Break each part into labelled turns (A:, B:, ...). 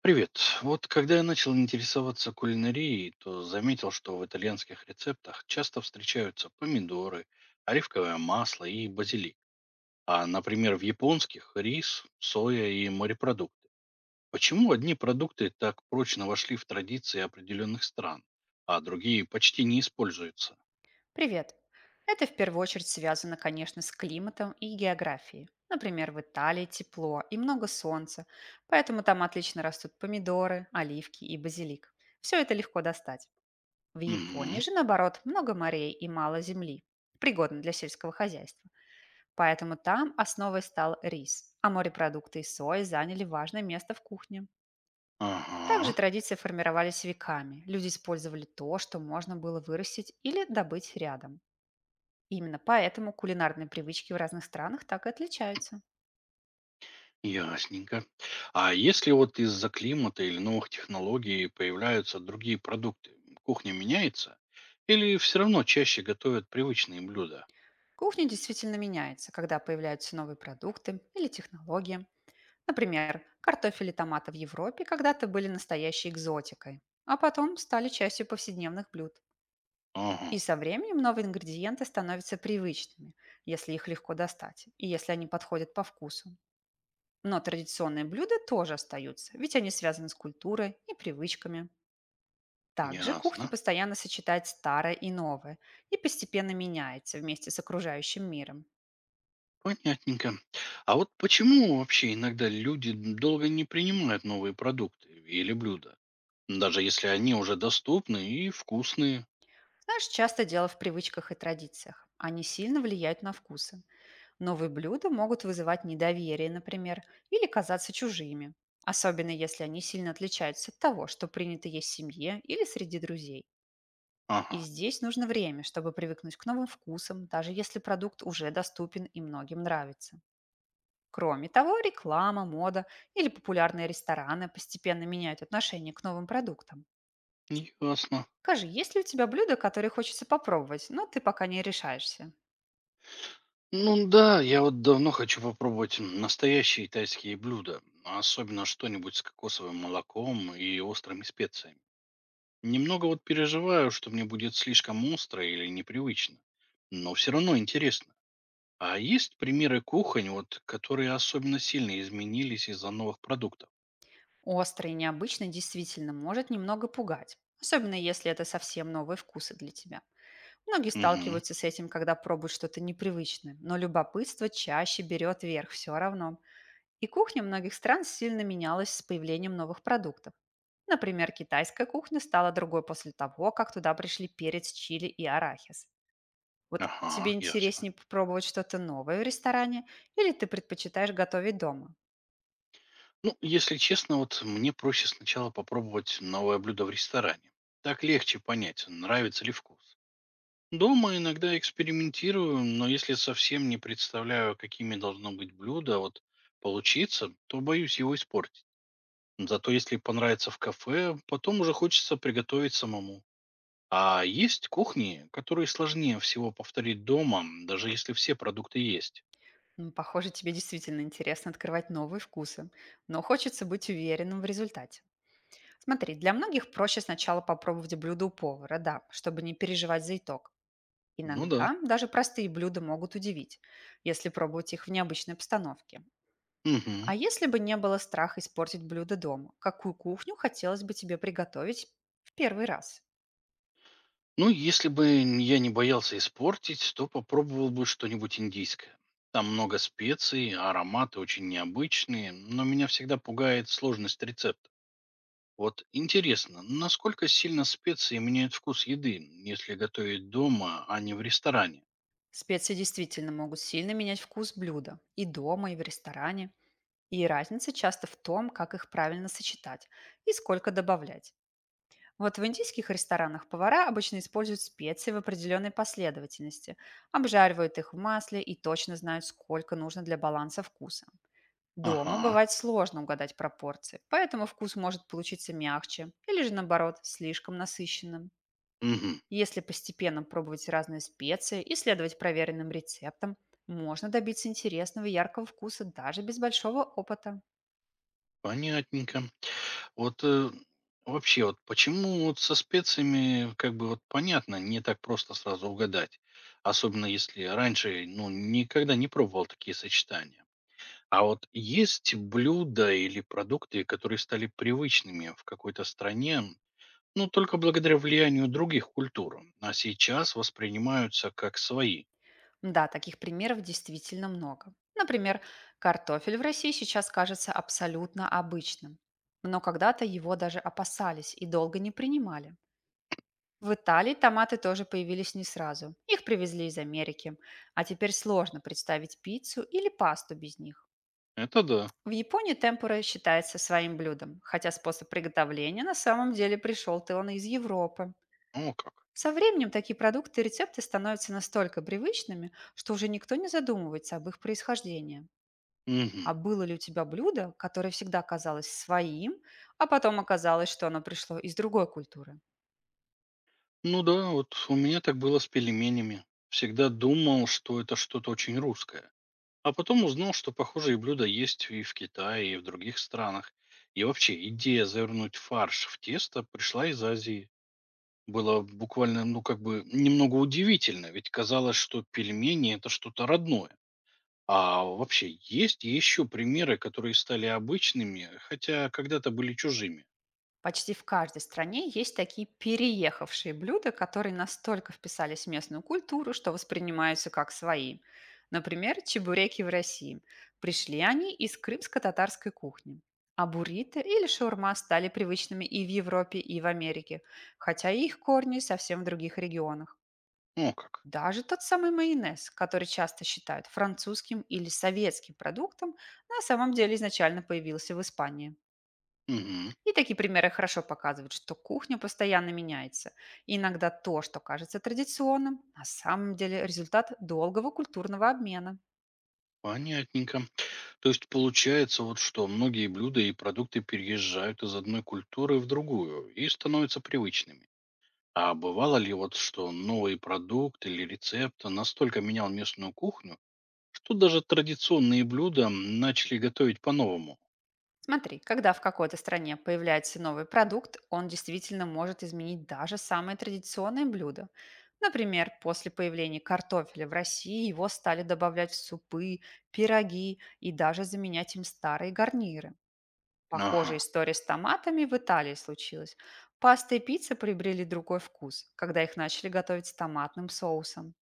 A: Привет. Вот когда я начал интересоваться кулинарией, то заметил, что в итальянских рецептах часто встречаются помидоры, оливковое масло и базилик. А, например, в японских– рис, соя и морепродукты. Почему одни продукты так прочно вошли в традиции определенных стран, а другие почти не используются?
B: Привет! Это в первую очередь связано, конечно, с климатом и географией. Например, в Италии тепло и много солнца, поэтому там отлично растут помидоры, оливки и базилик. Все это легко достать. В Японии
A: Угу.
B: же, наоборот, много морей и мало земли, пригодно для сельского хозяйства. Поэтому там основой стал рис, а морепродукты и сои заняли важное место в кухне. Также
A: Ага.
B: традиции формировались веками. Люди использовали то, что можно было вырастить или добыть рядом. Именно поэтому кулинарные привычки в разных странах так и отличаются.
A: Ясненько. А если вот из-за климата или новых технологий появляются другие продукты, кухня меняется? Или все равно чаще готовят привычные блюда?
B: Кухня действительно меняется, когда появляются новые продукты или технологии. Например, картофель и томаты в Европе когда-то были настоящей экзотикой, а потом стали частью повседневных блюд.
A: Ага,
B: И со временем новые ингредиенты становятся привычными, если их легко достать, и если они подходят по вкусу. Но традиционные блюда тоже остаются, ведь они связаны с культурой и привычками. Также кухня
A: ясно.
B: постоянно сочетает старое и новое и постепенно меняется вместе с окружающим миром.
A: Понятненько. А вот почему вообще иногда люди долго не принимают новые продукты или блюда? Даже если они уже доступны и вкусные.
B: Знаешь, часто дело в привычках и традициях. Они сильно влияют на вкусы. Новые блюда могут вызывать недоверие, например, или казаться чужими, особенно если они сильно отличаются от того, что принято есть в семье или среди друзей. И
A: Ага,
B: здесь нужно время, чтобы привыкнуть к новым вкусам, даже если продукт уже доступен и многим нравится. Кроме того, реклама, мода или популярные рестораны постепенно меняют отношение к новым продуктам.
A: ясно.
B: Скажи, есть ли у тебя блюда, которые хочется попробовать, но ты пока не решаешься?
A: Ну да, я вот давно хочу попробовать настоящие тайские блюда, а особенно что-нибудь с кокосовым молоком и острыми специями. Немного вот переживаю, что мне будет слишком остро или непривычно, но все равно интересно. А есть примеры кухонь, вот, которые особенно сильно изменились из-за новых продуктов?
B: Остро и необычно действительно может немного пугать, особенно если это совсем новые вкусы для тебя. Многие
A: Угу.
B: сталкиваются с этим, когда пробуют что-то непривычное, но любопытство чаще берет верх все равно. И кухня многих стран сильно менялась с появлением новых продуктов. Например, китайская кухня стала другой после того, как туда пришли перец, чили и арахис. Вот тебе
A: Ага, ясно.
B: интереснее попробовать что-то новое в ресторане или ты предпочитаешь готовить дома?
A: Ну, если честно, вот мне проще сначала попробовать новое блюдо в ресторане. Так легче понять, нравится ли вкус. Дома иногда экспериментирую, но если совсем не представляю, какими должно быть блюдо, вот получиться, то боюсь его испортить. Зато если понравится в кафе, потом уже хочется приготовить самому. А есть кухни, которые сложнее всего повторить дома, даже если все продукты есть.
B: Похоже, тебе действительно интересно открывать новые вкусы, но хочется быть уверенным в результате. Смотри, для многих проще сначала попробовать блюдо у повара, да, чтобы не переживать за итог.
A: Ну да.
B: Иногда даже простые блюда могут удивить, если пробовать их в необычной обстановке.
A: Мгм.
B: А если бы не было страха испортить блюдо дома, какую кухню хотелось бы тебе приготовить в первый раз?
A: Ну, если бы я не боялся испортить, то попробовал бы что-нибудь индийское. Там много специй, ароматы очень необычные, но меня всегда пугает сложность рецепта. Вот интересно, насколько сильно специи меняют вкус еды, если готовить дома, а не в ресторане?
B: Специи действительно могут сильно менять вкус блюда и дома, и в ресторане. И разница часто в том, как их правильно сочетать и сколько добавлять. Вот в индийских ресторанах повара обычно используют специи в определенной последовательности, обжаривают их в масле и точно знают, сколько нужно для баланса вкуса. Дома
A: Ага,
B: бывает сложно угадать пропорции, поэтому вкус может получиться мягче или же наоборот слишком насыщенным.
A: мгм,
B: Если постепенно пробовать разные специи и следовать проверенным рецептам, можно добиться интересного и яркого вкуса даже без большого опыта.
A: понятненько. Вот э, вообще, вот почему вот со специями, как бы вот понятно, не так просто сразу угадать. Особенно если раньше, ну, никогда не пробовал такие сочетания. А вот есть блюда или продукты, которые стали привычными в какой-то стране, ну, только благодаря влиянию других культур. А сейчас воспринимаются как свои.
B: Да, таких примеров действительно много. Например, картофель в России сейчас кажется абсолютно обычным, но когда-то его даже опасались и долго не принимали. В Италии томаты тоже появились не сразу. Их привезли из Америки. А теперь сложно представить пиццу или пасту без них.
A: Это да.
B: В Японии темпура считается своим блюдом, хотя способ приготовления на самом деле пришел то он из Европы.
A: О как.
B: Со временем такие продукты и рецепты становятся настолько привычными, что уже никто не задумывается об их происхождении.
A: Мгм.
B: А было ли у тебя блюдо, которое всегда казалось своим, а потом оказалось, что оно пришло из другой культуры?
A: Ну да, вот у меня так было с пельменями. Всегда думал, что это что-то очень русское. А потом узнал, что похожие блюда есть и в Китае, и в других странах. И вообще, идея завернуть фарш в тесто пришла из Азии. Было буквально, ну, как бы, немного удивительно, ведь казалось, что пельмени– это что-то родное. А вообще, есть еще примеры, которые стали обычными, хотя когда-то были чужими?
B: Почти в каждой стране есть такие переехавшие блюда, которые настолько вписались в местную культуру, что воспринимаются как свои. Например, чебуреки в России. Пришли они из крымско-татарской кухни. А буррито или шаурма стали привычными и в Европе, и в Америке, хотя их корни совсем в других регионах.
A: О как.
B: Даже тот самый майонез, который часто считают французским или советским продуктом, на самом деле изначально появился в Испании.
A: Мгм.
B: И такие примеры хорошо показывают, что кухня постоянно меняется. И иногда то, что кажется традиционным, на самом деле результат долгого культурного обмена.
A: Понятненько. То есть получается вот что многие блюда и продукты переезжают из одной культуры в другую и становятся привычными. А бывало ли вот, что новый продукт или рецепт настолько менял местную кухню, что даже традиционные блюда начали готовить по-новому?
B: Смотри, когда в какой-то стране появляется новый продукт, он действительно может изменить даже самые традиционные блюда. Например, после появления картофеля в России его стали добавлять в супы, пироги и даже заменять им старые гарниры.
A: Ага,
B: Похожая история с томатами в Италии случилась. Паста и пицца приобрели другой вкус, когда их начали готовить с томатным соусом.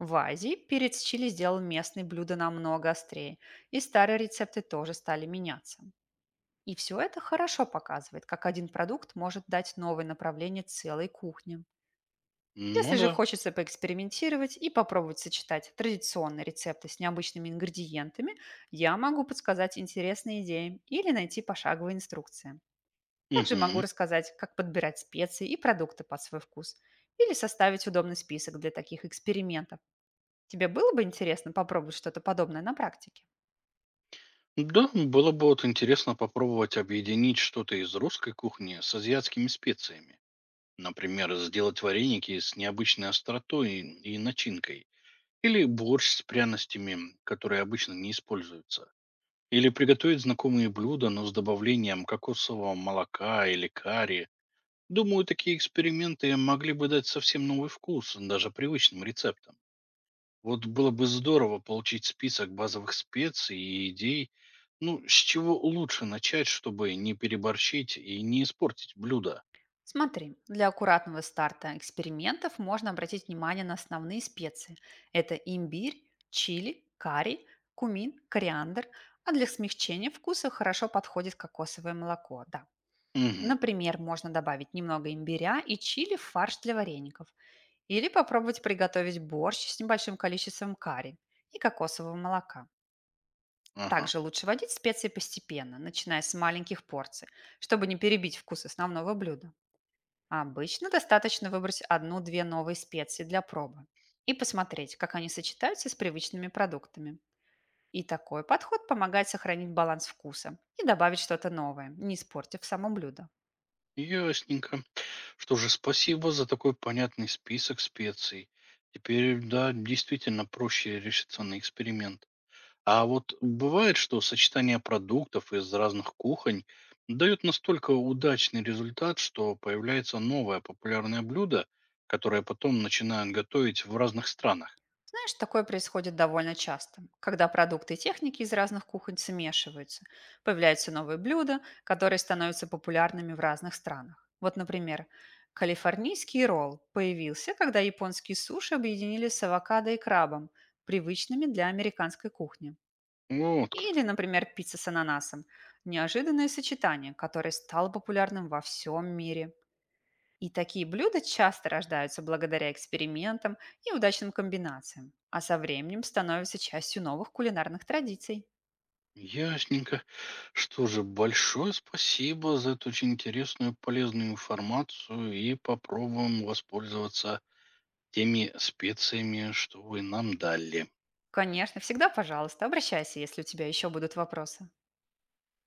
B: В Азии перец чили сделал местные блюда намного острее, и старые рецепты тоже стали меняться. И все это хорошо показывает, как один продукт может дать новое направление целой кухне.
A: ну
B: Если же
A: да.
B: хочется поэкспериментировать и попробовать сочетать традиционные рецепты с необычными ингредиентами, я могу подсказать интересные идеи или найти пошаговые инструкции. Также могу
A: Мгм.
B: рассказать, как подбирать специи и продукты под свой вкус или составить удобный список для таких экспериментов. Тебе было бы интересно попробовать что-то подобное на практике?
A: Да, было бы вот интересно попробовать объединить что-то из русской кухни с азиатскими специями. Например, сделать вареники с необычной остротой и начинкой. Или борщ с пряностями, которые обычно не используются. Или приготовить знакомые блюда, но с добавлением кокосового молока или карри. Думаю, такие эксперименты могли бы дать совсем новый вкус даже привычным рецептам. Вот было бы здорово получить список базовых специй и идей, ну, с чего лучше начать, чтобы не переборщить и не испортить блюдо.
B: Смотри, для аккуратного старта экспериментов можно обратить внимание на основные специи. Это имбирь, чили, карри, кумин, кориандр. А для смягчения вкуса хорошо подходит кокосовое молоко, да.
A: Мгм.
B: Например, можно добавить немного имбиря и чили в фарш для вареников. Или попробовать приготовить борщ с небольшим количеством карри и кокосового молока.
A: Ага.
B: Также лучше вводить специи постепенно, начиная с маленьких порций, чтобы не перебить вкус основного блюда. А обычно достаточно выбрать одну-две новые специи для пробы и посмотреть, как они сочетаются с привычными продуктами. И такой подход помогает сохранить баланс вкуса и добавить что-то новое, не испортив само блюдо.
A: Ясненько. Что же, спасибо за такой понятный список специй. Теперь, да, действительно проще решиться на эксперимент. А вот бывает, что сочетание продуктов из разных кухонь дает настолько удачный результат, что появляется новое популярное блюдо, которое потом начинают готовить в разных странах.
B: Знаешь, такое происходит довольно часто, когда продукты и техники из разных кухонь смешиваются. Появляются новые блюда, которые становятся популярными в разных странах. Вот, например, калифорнийский ролл появился, когда японские суши объединили с авокадо и крабом, привычными для американской кухни.
A: Вот
B: Или,
A: как.
B: например, пицца с ананасом– неожиданное сочетание, которое стало популярным во всем мире. И такие блюда часто рождаются благодаря экспериментам и удачным комбинациям, а со временем становятся частью новых кулинарных традиций.
A: Ясненько. Что же, большое спасибо за эту очень интересную полезную информацию и попробуем воспользоваться теми специями, что вы нам дали.
B: Конечно, всегда, пожалуйста, обращайся, если у тебя еще будут вопросы.